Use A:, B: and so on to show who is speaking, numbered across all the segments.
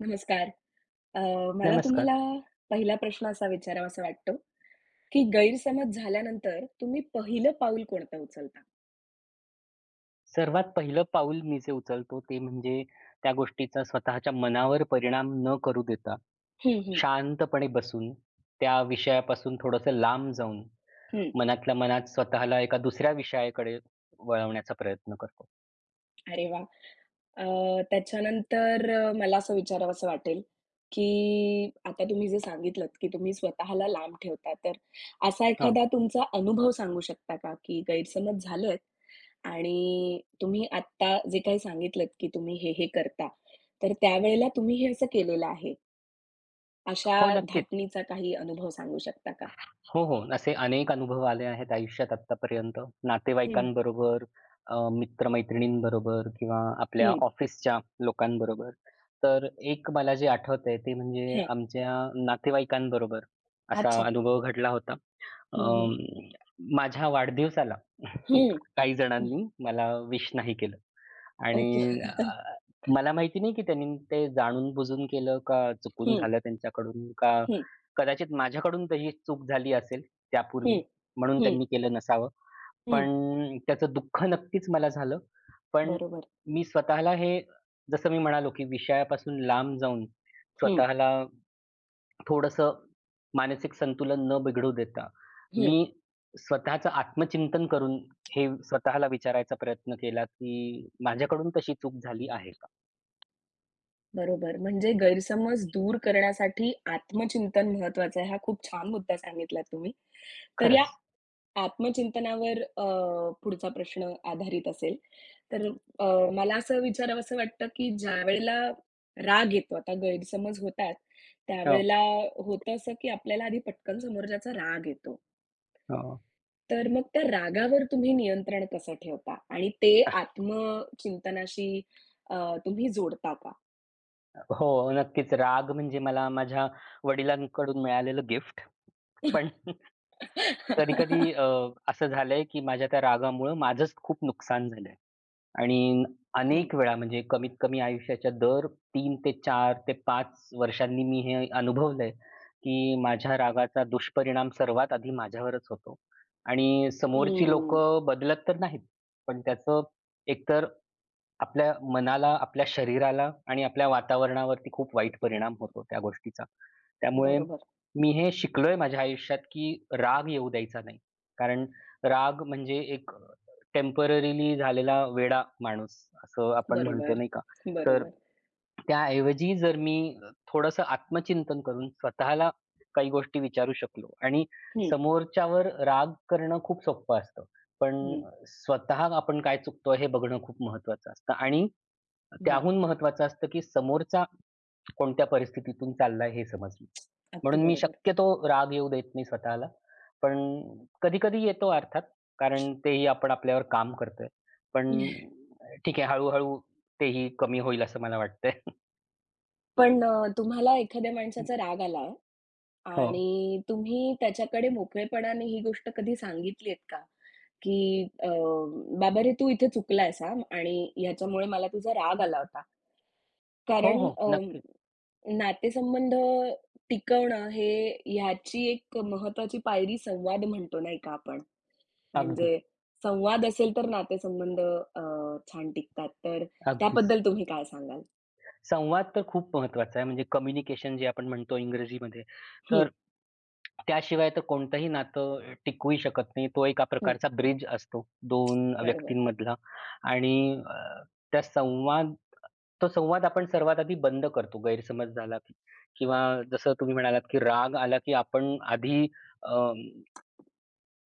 A: नमस्कार. अ, मला
B: नमस्कार.
A: तुम्हाला पहिला प्रश्न असा विचारावासा वाटतो, की गैरसमज झाल्यानंतर तुम्ही पहिलं पाऊल कोणतं उचलता?
B: सर्वात पहिलं पाऊल मी जे उचलतो ते म्हणजे त्या गोष्टीचा स्वतःच्या मनावर परिणाम न करू देता,
A: हं, हं,
B: शांतपणे बसून, त्या विषयापासून थोडंसं लांब जाऊन,
A: हं.
B: मनातल्या मनात स्वतःला एका दुसऱ्या विषयाकडे वळवण्याचा प्रयत्न करतो.
A: अरे वाह! अ, त्याच्यानंतर मला असं विचारावसं वाटेल, की आता तुम्ही जे सांगितलत, की तुम्ही स्वतःला लांब ठेवता, तर असा
B: हो.
A: एखादा तुमचा अनुभव सांगू शकता का, की गैरसमज झालेत आणि तुम्ही आत्ता जे काही सांगितलत, की तुम्ही हे करता, तर त्यावेळेला तुम्ही हे असं केलेलं आहे. अशा
B: हो, नक्कीच.
A: धाटणीचा काही अनुभव सांगू शकता का?
B: हो, हो. असे अनेक अनुभव आले आहेत आयुष्यात आत्तापर्यंत.
A: हं.
B: नातेवाईकांबरोबर, मित्र-मैत्रिणींबरोबर किंवा आपल्या
A: हं,
B: ऑफिसच्या लोकांबरोबर. तर एक मला जे आठवतंय ते म्हणजे
A: हं.
B: आमच्या नातेवाईकांबरोबर असा
A: अच्छा.
B: अनुभव घडला होता. अ,
A: हं, हं.
B: माझ्या वाढदिवसाला
A: हं,
B: काही
A: हं.
B: जणांनी मला विश नाही केलं.
A: ओके.
B: आणि अ, मला माहिती नाही की त्यांनी ते जाणून-बुजून केलं का चुकून
A: हं,
B: झालं त्यांच्याकडून का
A: हं,
B: कदाचित माझ्याकडून तशी चूक झाली असेल त्यापूर्वी,
A: हं,
B: म्हणून
A: हं,
B: त्यांनी केलं नसावं.
A: हं.
B: पण त्याचं दुःख नक्कीच मला झालं. पण
A: बरोबर.
B: मी स्वतःला हे जसं मी म्हणालो की विषयापासून लांब जाऊन
A: हं,
B: स्वतःला थोडंसं मानसिक संतुलन न बिघडू देता,
A: हं.
B: मी स्वतःचं आत्मचिंतन करून हे स्वतःला विचारायचा प्रयत्न केला, की माझ्याकडून तशी चूक झाली आहे का?
A: बरोबर. म्हणजे गैरसमज दूर करण्यासाठी आत्मचिंतन महत्त्वाचं आहे. हा खूप छान मुद्दा सांगितलात तुम्ही. तर या
B: खरंच.
A: आत्मचिंतनावर पुढचा प्रश्न आधारित असेल. तर अ, मला असं विचारावसं वाटतं, की ज्यावेळेला राग येतो, आता गैरसमज होतात,
B: हो,
A: त्यावेळेला होतं असं, की आपल्याला आधी पटकन समोरच्याचा राग येतो.
B: हो.
A: तर मग त्या रागावर तुम्ही नियंत्रण कसं ठेवता? आणि ते आत्मचिंतनाशी अ, तुम्ही जोडता का?
B: हो, नक्कीच. राग म्हणजे मला माझ्या वडिलांकडून मिळालेलं गिफ्ट. पण कधी-कधी असं झालंय, की माझ्या त्या रागामुळं माझंच खूप नुकसान झालंय. आणि
A: हं.
B: अनेक वेळा म्हणजे कमीत कमी आयुष्याच्या दर 3 ते 4 ते 5 वर्षांनी मी हे अनुभवलंय, की माझ्या रागाचा दुष्परिणाम सर्वात आधी माझ्यावरच होतो. आणि समोरची लोक
A: हं.
B: बदलत तर नाहीत, पण त्याचं एकतर आपल्या मनाला, आपल्या शरीराला आणि आपल्या वातावरणावरती खूप वाईट परिणाम होतो त्या गोष्टीचा. त्यामुळे
A: बरोबर,
B: मी हे शिकलोय माझ्या आयुष्यात, की राग येऊ द्यायचा नाही. कारण राग म्हणजे एक टेम्पररीली झालेला वेडा माणूस असं आपण म्हणतो
A: बरोबर,
B: नाही का? तर
A: बरोबर.
B: त्याऐवजी जर मी थोडंसं आत्मचिंतन करून स्वतःला काही गोष्टी विचारू शकलो आणि
A: हं,
B: समोरच्यावर राग करणं खूप सोपं असतं. पण
A: हं.
B: स्वतः आपण काय चुकतोय हे बघणं खूप महत्वाचं असतं आणि
A: वाह!
B: त्याहून महत्वाचं असतं, की समोरचा कोणत्या परिस्थितीतून चाललाय हे समजणं.
A: अगदी
B: म्हणून मी
A: बरोबर.
B: शक्यतो राग येऊ देत नाही स्वतःला. पण कधी-कधी येतो अर्थात, कारण तेही आपण आपल्यावर काम करतोय. पण ठीक आहे हळू तेही कमी होईल असं मला वाटतंय.
A: पण तुम्हाला एखाद्या माणसाचा राग आला आहे
B: हो.
A: आणि तुम्ही त्याच्याकडे मोकळेपणाने ही गोष्ट कधी सांगितलीयेत का? की अ, "बाबा रे, तू इथे चुकलायस हां आणि ह्याच्यामुळे मला तुझा राग आला होता."
B: हो,
A: कारण
B: हो.
A: अ,
B: नक्कीच.
A: नातेसंबंध टिकवणं हे ह्याची एक महत्त्वाची पायरी संवाद म्हणतो नाही का आपण?
B: अगदी,
A: म्हणजे संवाद असेल तर नातेसंबंध छान टिकतात. तर
B: अगदीच.
A: त्याबद्दल तुम्ही काय सांगाल?
B: संवाद तर खूप महत्वाचा आहे, म्हणजे कम्युनिकेशन जे आपण म्हणतो इंग्रजीमध्ये.
A: हं,
B: तर त्याशिवाय तर कोणतंही नातं टिकवूही शकत नाही. तो एका
A: हं.
B: प्रकारचा ब्रिज असतो 2
A: बरोबर.
B: व्यक्तींमधला आणि अ, त्या संवाद तो संवाद आपण सर्वात आधी बंद करतो गैरसमज झाला की किंवा जसं तुम्ही म्हणालात की राग आला की आपण आधी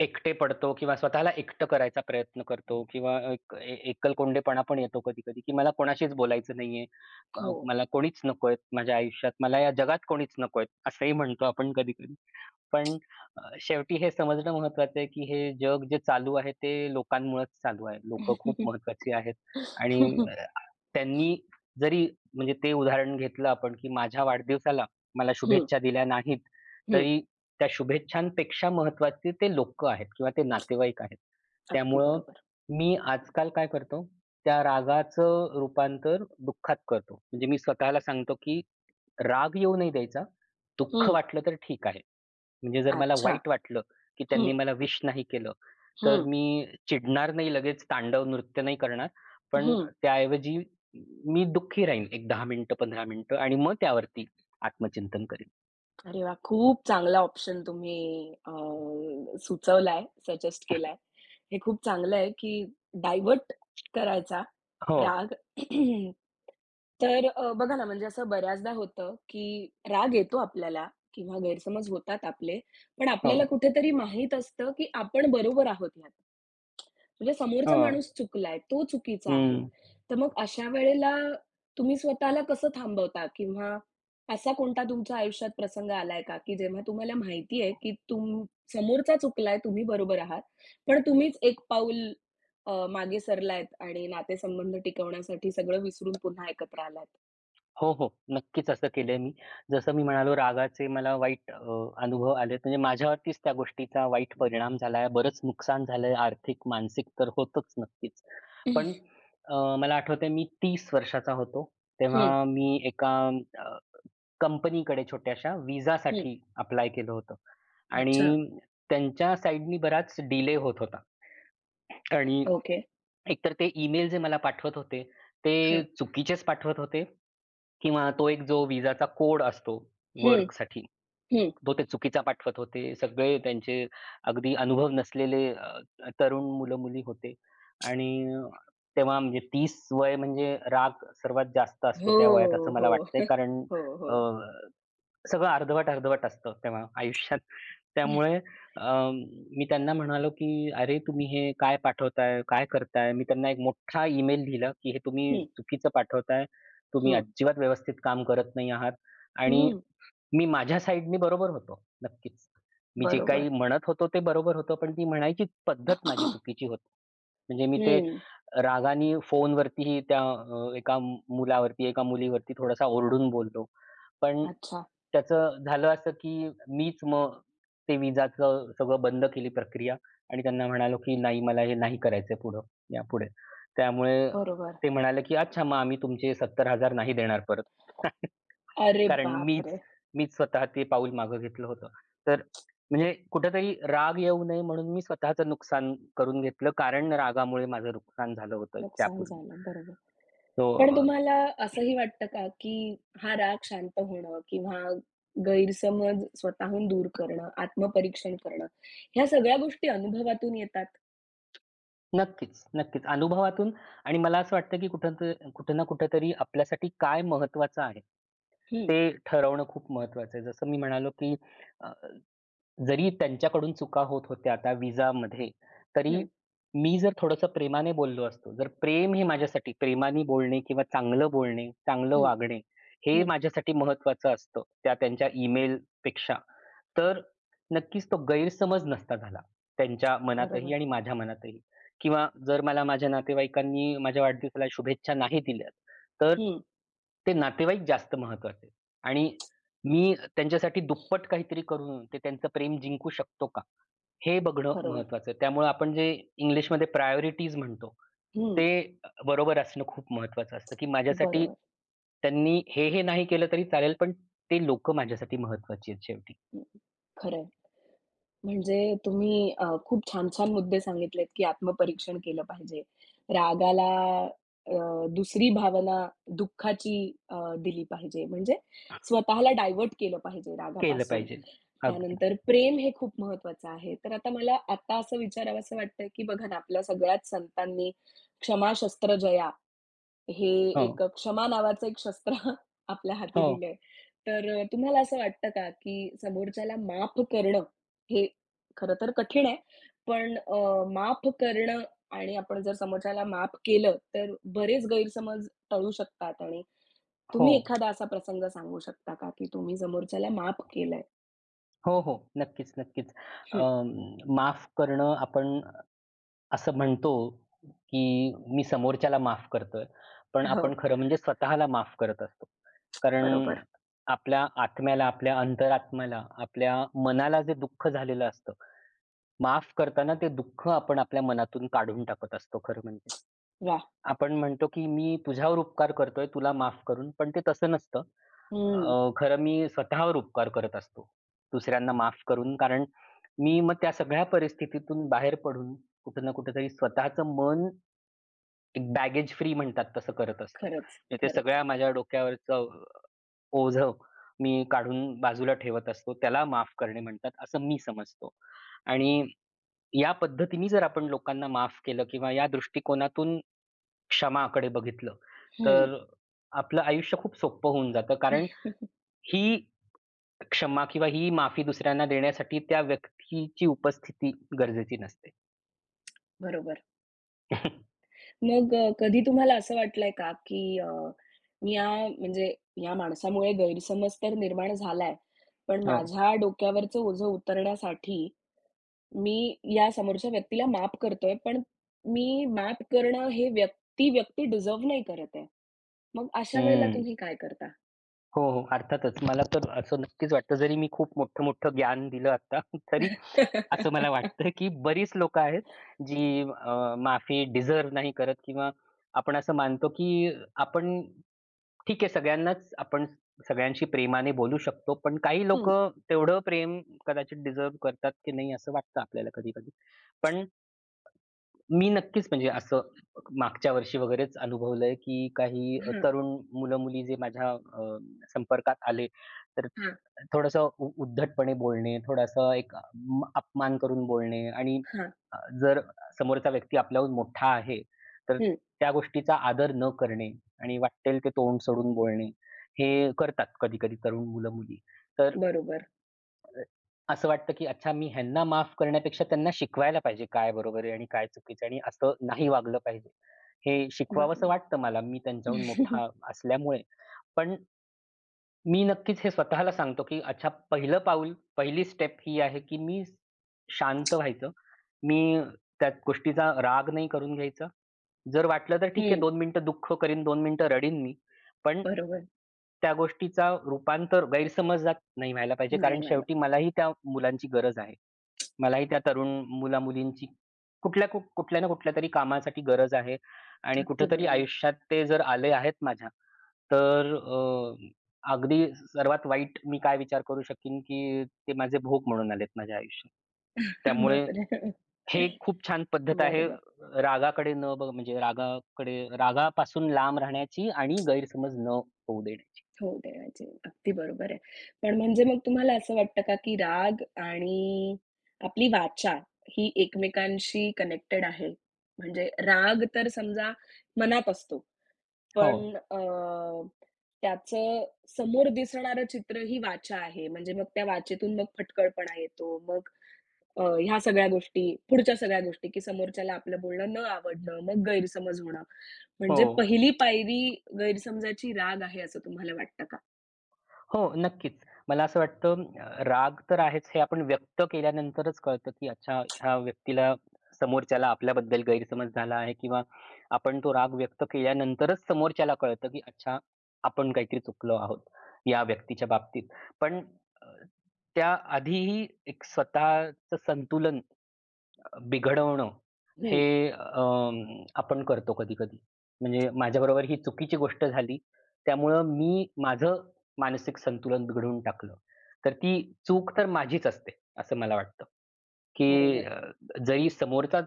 B: एकटे पडतो किंवा स्वतःला एकटं करायचा प्रयत्न करतो किंवा एक एकलकोंडेपणा पण येतो कधी-कधी, की मला कोणाशीच बोलायचं नाहीये.
A: हो.
B: मला कोणीच नकोय माझ्या आयुष्यात. मला या जगात कोणीच नकोय असंही म्हणतो आपण कधी-कधी. पण शेवटी हे समजणं महत्त्वाचं आहे, की हे जग जे चालू आहे ते लोकांमुळेच चालू आहे. लोकं खूप
A: हं,
B: महत्त्वाची आहेत आणि त्यांनी जरी म्हणजे ते उदाहरण घेतलं आपण, की माझ्या वाढदिवसाला मला
A: हं.
B: शुभेच्छा दिल्या नाहीत,
A: हं.
B: तरी त्या शुभेच्छांपेक्षा महत्त्वाचे ते लोक आहेत किंवा ते नातेवाईक आहेत.
A: अगदी
B: त्यामुळं
A: बरोबर.
B: मी आजकाल काय करतो, त्या रागाचं रूपांतर दुःखात करतो. म्हणजे मी स्वतःला सांगतो, की राग येऊ नाही द्यायचा. दुःख
A: हं.
B: वाटलं तर ठीक आहे. म्हणजे जर मला
A: अच्छा.
B: वाईट वाटलं, की
A: हं,
B: त्यांनी मला विश नाही केलं, तर
A: हं,
B: मी चिडणार नाही लगेच, तांडव नृत्य नाही करणार. पण
A: हं.
B: त्याऐवजी मी दुःखी राहीन एक 10 मिनिटं, 15 मिनिटं आणि मग त्यावरती आत्मचिंतन करेन.
A: अरे वाह! खूप चांगला ऑप्शन तुम्ही अ, सुचवलाय, सजेस्ट केलाय. हे खूप चांगलं आहे, की डायव्हर्ट करायचा
B: हो,
A: राग. तर बघा ना, म्हणजे असं बऱ्याचदा होतं, की राग येतो आपल्याला किंवा गैरसमज होतात आपले, पण आपल्याला
B: हो,
A: कुठेतरी माहीत असतं, की आपण बरोबर आहोत ह्यात. म्हणजे समोरचा
B: हो.
A: माणूस चुकलाय, तो चुकीचा आहे.
B: हं.
A: तर मग अशा वेळेला तुम्ही स्वतःला कसं थांबवता किंवा असा कोणता तुमच्या आयुष्यात प्रसंग आलाय का, की जेव्हा तुम्हाला माहिती आहे, की समोरचा चुकलाय, तुम्ही बरोबर आहात. पण तुम्हीच एक पाऊल मागे सरलायत आणि नातेसंबंध टिकवण्यासाठी सगळं विसरून पुन्हा एकत्र आलात?
B: हो, हो. नक्कीच असं केलंय मी. जसं मी म्हणालो रागाचे मला वाईट अनुभव आलेत. म्हणजे माझ्यावरतीच त्या गोष्टीचा वाईट परिणाम झालाय. बरंच नुकसान झालंय आर्थिक, मानसिक तर होतंच नक्कीच. पण मला आठवतंय मी 30 वर्षाचा होतो.
A: हं,
B: तेव्हा मी एका अ, कंपनीकडे छोट्याशा
A: हं.
B: विसासाठी अप्लाय केलं होतं
A: अच्छा.
B: आणि त्यांच्या साइडनी बराच डिले होत होता आणि
A: ओके.
B: एकतर ते ईमेल जे मला पाठवत होते,
A: हं,
B: ते चुकीचेच पाठवत होते किंवा तो एक जो विसाचा कोड असतो
A: हं,
B: वर्कसाठी,
A: हं.
B: तो ते चुकीचा पाठवत होते. सगळे त्यांचे अगदी अनुभव नसलेले तरुण मुलं-मुली होते आणि तेव्हा म्हणजे 30 वय म्हणजे राग सर्वात जास्त असतो
A: हो,
B: त्या वयात असं मला
A: हो.
B: वाटतंय. कारण
A: हो, हो.
B: अ, सगळं अर्धवट असतं तेव्हा आयुष्यात. त्यामुळे अ, मी त्यांना म्हणालो, की "अरे, तुम्ही हे काय पाठवताय? काय करताय?" मी त्यांना एक मोठा ईमेल लिहिला, की "हे तुम्ही
A: हं,
B: चुकीचं पाठवताय. तुम्ही
A: हं,
B: अजिबात व्यवस्थित काम करत नाही आहात." आणि
A: हं.
B: मी माझ्या साइडनी बरोबर होतो. नक्कीच. मी जे
A: बरोबर.
B: काही म्हणत होतो ते बरोबर होतं, पण ती म्हणायची पद्धत माझी चुकीची होती. म्हणजे मी ते
A: हं.
B: रागाने फोनवरतीही त्या एका मुलावरती, एका मुलीवरती थोडासा ओरडून बोललो. पण
A: अच्छा.
B: त्याचं झालं असं, की मीच मग ते विजाचं सगळं बंद केली प्रक्रिया आणि त्यांना म्हणालो, की "नाही मला हे नाही करायचंय पुढं, यापुढे." त्यामुळे
A: बरोबर.
B: ते म्हणाले, की "अच्छा मग आम्ही तुमचे 70,000 नाही देणार परत."
A: अरे
B: कारण मीच
A: बापरे!
B: मीच स्वतः ते पाऊल मागं घेतलं होतं. तर म्हणजे कुठेतरी राग येऊ नये म्हणून मी स्वतःचं नुकसान करून घेतलं कारण रागामुळे माझं नुकसान झालं होतं
A: नुकसान
B: त्यापूर्वी.
A: झालं. बरोबर.
B: सो
A: पण तुम्हाला असंही वाटतं का, की हा राग शांत होणं किंवा गैरसमज स्वतःहून दूर करणं, आत्मपरीक्षण करणं, ह्या सगळ्या गोष्टी अनुभवातून येतात?
B: नक्कीच, नक्कीच. अनुभवातून आणि मला असं वाटतं, की कुठं ना कुठेतरी आपल्यासाठी काय महत्त्वाचं आहे,
A: हं,
B: ते ठरवणं खूप महत्त्वाचं आहे. जसं मी म्हणालो, की अ, जरी त्यांच्याकडून चुका होत होत्या त्या विजामध्ये, तरी
A: हं,
B: मी जर थोडंसं प्रेमाने बोललो असतो, जर प्रेम हे माझ्यासाठी प्रेमाने बोलणे किंवा चांगलं बोलणे, चांगलं
A: हं,
B: वागणे हे
A: हं.
B: माझ्यासाठी महत्त्वाचं असतं, त्या त्यांच्या ईमेलपेक्षा. तर नक्कीच तो गैरसमज नसता झाला, त्यांच्या मनातही
A: बरोबर.
B: आणि माझ्या मनातही. किंवा जर मला माझ्या नातेवाईकांनी माझ्या वाढदिवसाला शुभेच्छा नाही दिल्यात, तर
A: हं,
B: ते नातेवाईक जास्त महत्त्वाचे आणि मी त्यांच्यासाठी दुप्पट काहीतरी करून ते त्यांचं प्रेम जिंकू शकतो का? हे बघणं
A: बरोबर.
B: महत्त्वाचं आहे. त्यामुळे आपण जे इंग्लिशमध्ये प्रायोरिटीज म्हणतो,
A: हं,
B: ते बरोबर असणं खूप महत्त्वाचं असतं, की माझ्यासाठी
A: बरोबर.
B: त्यांनी हे नाही केलं तरी चालेल, पण ते लोकं माझ्यासाठी महत्त्वाची आहेत शेवटी.
A: हं, खरं आहे. म्हणजे तुम्ही खूप छान-छान मुद्दे सांगितलेत, की आत्मपरीक्षण केलं पाहिजे. रागाला अ, दुसरी भावना दुःखाची अ, दिली पाहिजे. म्हणजे स्वतःला डायव्हर्ट केलं पाहिजे
B: केलं
A: रागापासून.
B: पाहिजे. अगदी.
A: त्यानंतर प्रेम हे खूप महत्वाचं आहे. तर आता मला आता असं विचारावसं वाटतंय, की बघा ना, आपल्या सगळ्याच संतांनी क्षमा शस्त्र जया हे एक
B: हो.
A: क्षमा नावाचं एक शस्त्र आपल्या हाती
B: हो.
A: दिलंय. तर तुम्हाला असं वाटतं का, की समोरच्याला माफ करणं हे खरं तर कठीण आहे. पण माफ करणं आणि आपण जर समोरच्याला माफ केलं, तर बरेच गैरसमज टळू शकतात आणि
B: हो.
A: तुम्ही एखादा असा प्रसंग सांगू शकता का, की तुम्ही समोरच्याला माफ केलंय?
B: हो, हो. नक्कीच, नक्कीच.
A: हं,
B: अं, माफ करणं आपण असं म्हणतो, की मी समोरच्याला माफ करतोय. पण
A: हो.
B: आपण खरं म्हणजे स्वतःला माफ करत असतो. कारण
A: बरोबर.
B: आपल्या आत्म्याला, आपल्या अंतरात्म्याला, आपल्या मनाला जे दुःख झालेलं असतं, माफ करताना ते दुःख आपण आपल्या मनातून काढून टाकत असतो खरं म्हणजे.
A: वाह!
B: आपण म्हणतो, की मी तुझ्यावर उपकार करतोय, तुला माफ करून. पण ते तसं नसतं.
A: हं.
B: खरं मी स्वतःवर उपकार करत असतो, दुसऱ्यांना माफ करून. कारण मी मग त्या सगळ्या परिस्थितीतून बाहेर पडून कुठे ना कुठेतरी स्वतःचं मन एक बॅगेज फ्री म्हणतात तसं करत असतो.
A: खरंच,
B: म्हणजे ते
A: खरंच.
B: सगळ्या माझ्या डोक्यावरचं ओझं मी काढून बाजूला ठेवत असतो. त्याला माफ करणे म्हणतात, असं मी समजतो. आणि या पद्धतीने जर आपण लोकांना माफ केलं किंवा या दृष्टिकोनातून क्षमाकडे बघितलं,
A: हं.
B: तर आपलं आयुष्य खूप सोपं होऊन जातं. कारण ही क्षमा किंवा ही माफी दुसऱ्यांना देण्यासाठी त्या व्यक्तीची उपस्थिती गरजेची नसते.
A: बरोबर. मग कधी तुम्हाला असं वाटलंय का, की या म्हणजे या माणसामुळे गैरसमज तर निर्माण झालाय, पण
B: हो.
A: माझ्या डोक्यावरचं ओझं उतरण्यासाठी मी या समोरच्या व्यक्तीला माफ करतोय, पण मी माफ करणं हे व्यक्ती डिझर्व्ह नाही करत आहे. मग अशा वेळेला
B: हं.
A: तुम्ही काय करता?
B: हो, हो. अर्थातच. मला तर असं नक्कीच वाटतं जरी मी खूप मोठं-मोठं ज्ञान दिलं आता तरी असं मला वाटतं, की बरीच लोकं आहेत जी माफी डिझर्व्ह नाही करत किंवा आपण असं मानतो, की आपण ठीक आहे, सगळ्यांनाच आपण सगळ्यांशी प्रेमाने बोलू शकतो. पण काही
A: हं.
B: लोकं तेवढं प्रेम कदाचित डिझर्व्ह करतात की नाही असं वाटतं आपल्याला कधी-कधी. पण मी नक्कीच म्हणजे असं मागच्या वर्षी वगैरेच अनुभवलंय, की काही
A: हां,
B: तरुण मुलं-मुली जे माझ्या संपर्कात आले, तर
A: हां,
B: थोडंसं उद्धटपणे बोलणे, थोडासा एक अपमान करून बोलणे आणि
A: हां.
B: जर समोरचा व्यक्ती आपल्याहून मोठा आहे, तर
A: हं.
B: त्या गोष्टीचा आदर न करणे आणि वाट्टेल ते तोंड सोडून बोलणे, हे करतात कधी-कधी तरुण मुलं-मुली. तर
A: बरोबर,
B: अ, असं वाटतं, की अच्छा मी ह्यांना माफ करण्यापेक्षा त्यांना शिकवायला पाहिजे काय बरोबर आहे आणि काय चुकीचं आहे आणि असं नाही वागलं पाहिजे. हे शिकवावसं
A: बरोबर.
B: वाटतं मला, मी त्यांच्याहून मोठा असल्यामुळे. पण मी नक्कीच हे स्वतःला सांगतो, की अच्छा पहिलं पाऊल, पहिली स्टेप ही आहे, की मी शांत व्हायचं. मी त्या गोष्टीचा राग नाही करून घ्यायचा. जर वाटलं तर ठीक आहे
A: हं,
B: 2 मिनिटं दुःख करीन, 2 मिनिटं रडीन मी. पण
A: बरोबर.
B: त्या गोष्टीचा रूपांतर गैरसमजात नाही व्हायला पाहिजे
A: नाही
B: कारण
A: व्हायला
B: शेवटी
A: पाहिजे.
B: मलाही त्या मुलांची गरज आहे. मलाही त्या तरुण मुला-मुलींची कुठल्या ना कुठल्या तरी कामासाठी गरज आहे आणि
A: अगदी
B: कुठेतरी
A: बरोबर.
B: आयुष्यात ते जर आले आहेत माझ्या, तर अगदी सर्वात वाईट मी काय विचार करू शकीन, की ते माझे भोग म्हणून आलेत माझ्या आयुष्यात. त्यामुळे
A: बापरे!
B: हे एक खूप छान पद्धत आहे
A: बरोबर.
B: रागाकडे न बघ म्हणजे रागापासून लांब राहण्याची आणि गैरसमज न होऊ देण्याची.
A: हो, देवाची. अगदी बरोबर आहे. पण म्हणजे मग तुम्हाला असं वाटतं का, की राग आणि आपली वाचा ही एकमेकांशी कनेक्टेड आहे? म्हणजे राग तर समजा मनात असतो,
B: हो,
A: पण त्याचं समोर दिसणारं चित्र ही वाचा आहे. म्हणजे मग त्या वाचेतून मग फटकळपणा येतो, मग ह्या सगळ्या गोष्टी, पुढच्या सगळ्या गोष्टी, की समोरच्याला आपलं बोलणं न आवडणं, मग गैरसमज होणं.
B: हो.
A: म्हणजे पहिली पायरी गैरसमजाची राग आहे असं तुम्हाला वाटतं का?
B: हो, नक्कीच. मला असं वाटतं राग तर आहेच हे आपण व्यक्त केल्यानंतरच कळतं, की अच्छा ह्या व्यक्तीला समोरच्याला आपल्याबद्दल गैरसमज झाला आहे किंवा आपण तो राग व्यक्त केल्यानंतरच समोरच्याला कळतं, की अच्छा आपण काहीतरी चुकलो आहोत या व्यक्तीच्या बाबतीत. पण अ, त्याआधीही एक स्वतःचं संतुलन बिघडवणं हे
A: हं,
B: आपण करतो कधी-कधी. म्हणजे माझ्याबरोबर ही चुकीची गोष्ट झाली. त्यामुळं मी माझं मानसिक संतुलन बिघडवून टाकलं. तर ती चूक तर माझीच असते, असं मला वाटतं, की
A: बरोबर.
B: जरी समोरचा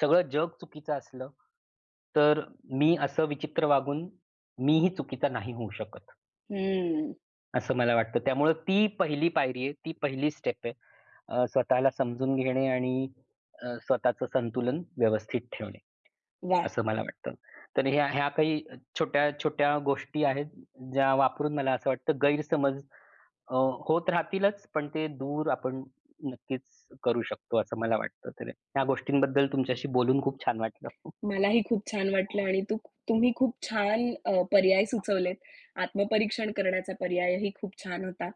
B: सगळं जग चुकीचं असलं, तर मी असं विचित्र वागून मीही चुकीचा नाही होऊ शकत.
A: हं.
B: असं मला वाटतं. त्यामुळं ती पहिली पायरी आहे, ती पहिली स्टेप आहे. स्वतःला समजून घेणे आणि स्वतःचं संतुलन व्यवस्थित ठेवणे,
A: वाह!
B: असं मला वाटतं. तर ह्या ह्या काही छोट्या-छोट्या गोष्टी आहेत, ज्या वापरून मला असं वाटतं गैरसमज अ, होत राहतीलच, पण ते दूर आपण नक्कीच करू शकतो, असं मला वाटतं. तर ह्या गोष्टींबद्दल तुमच्याशी बोलून खूप छान वाटलं.
A: मलाही खूप छान वाटलं आणि तुम्ही खूप छान पर्याय सुचवलेत. आत्मपरीक्षण करण्याचा पर्यायही खूप छान होता.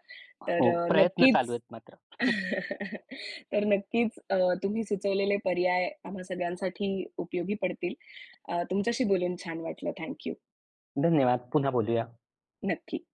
B: हो,
A: तर
B: प्रयत्न चालू
A: नक्कीच
B: आहेत मात्र.
A: तर नक्कीच तुम्ही सुचवलेले पर्याय आम्हा सगळ्यांसाठी उपयोगी पडतील. तुमच्याशी बोलून छान वाटलं. Thank you.
B: धन्यवाद. पुन्हा बोलूया.
A: नक्की.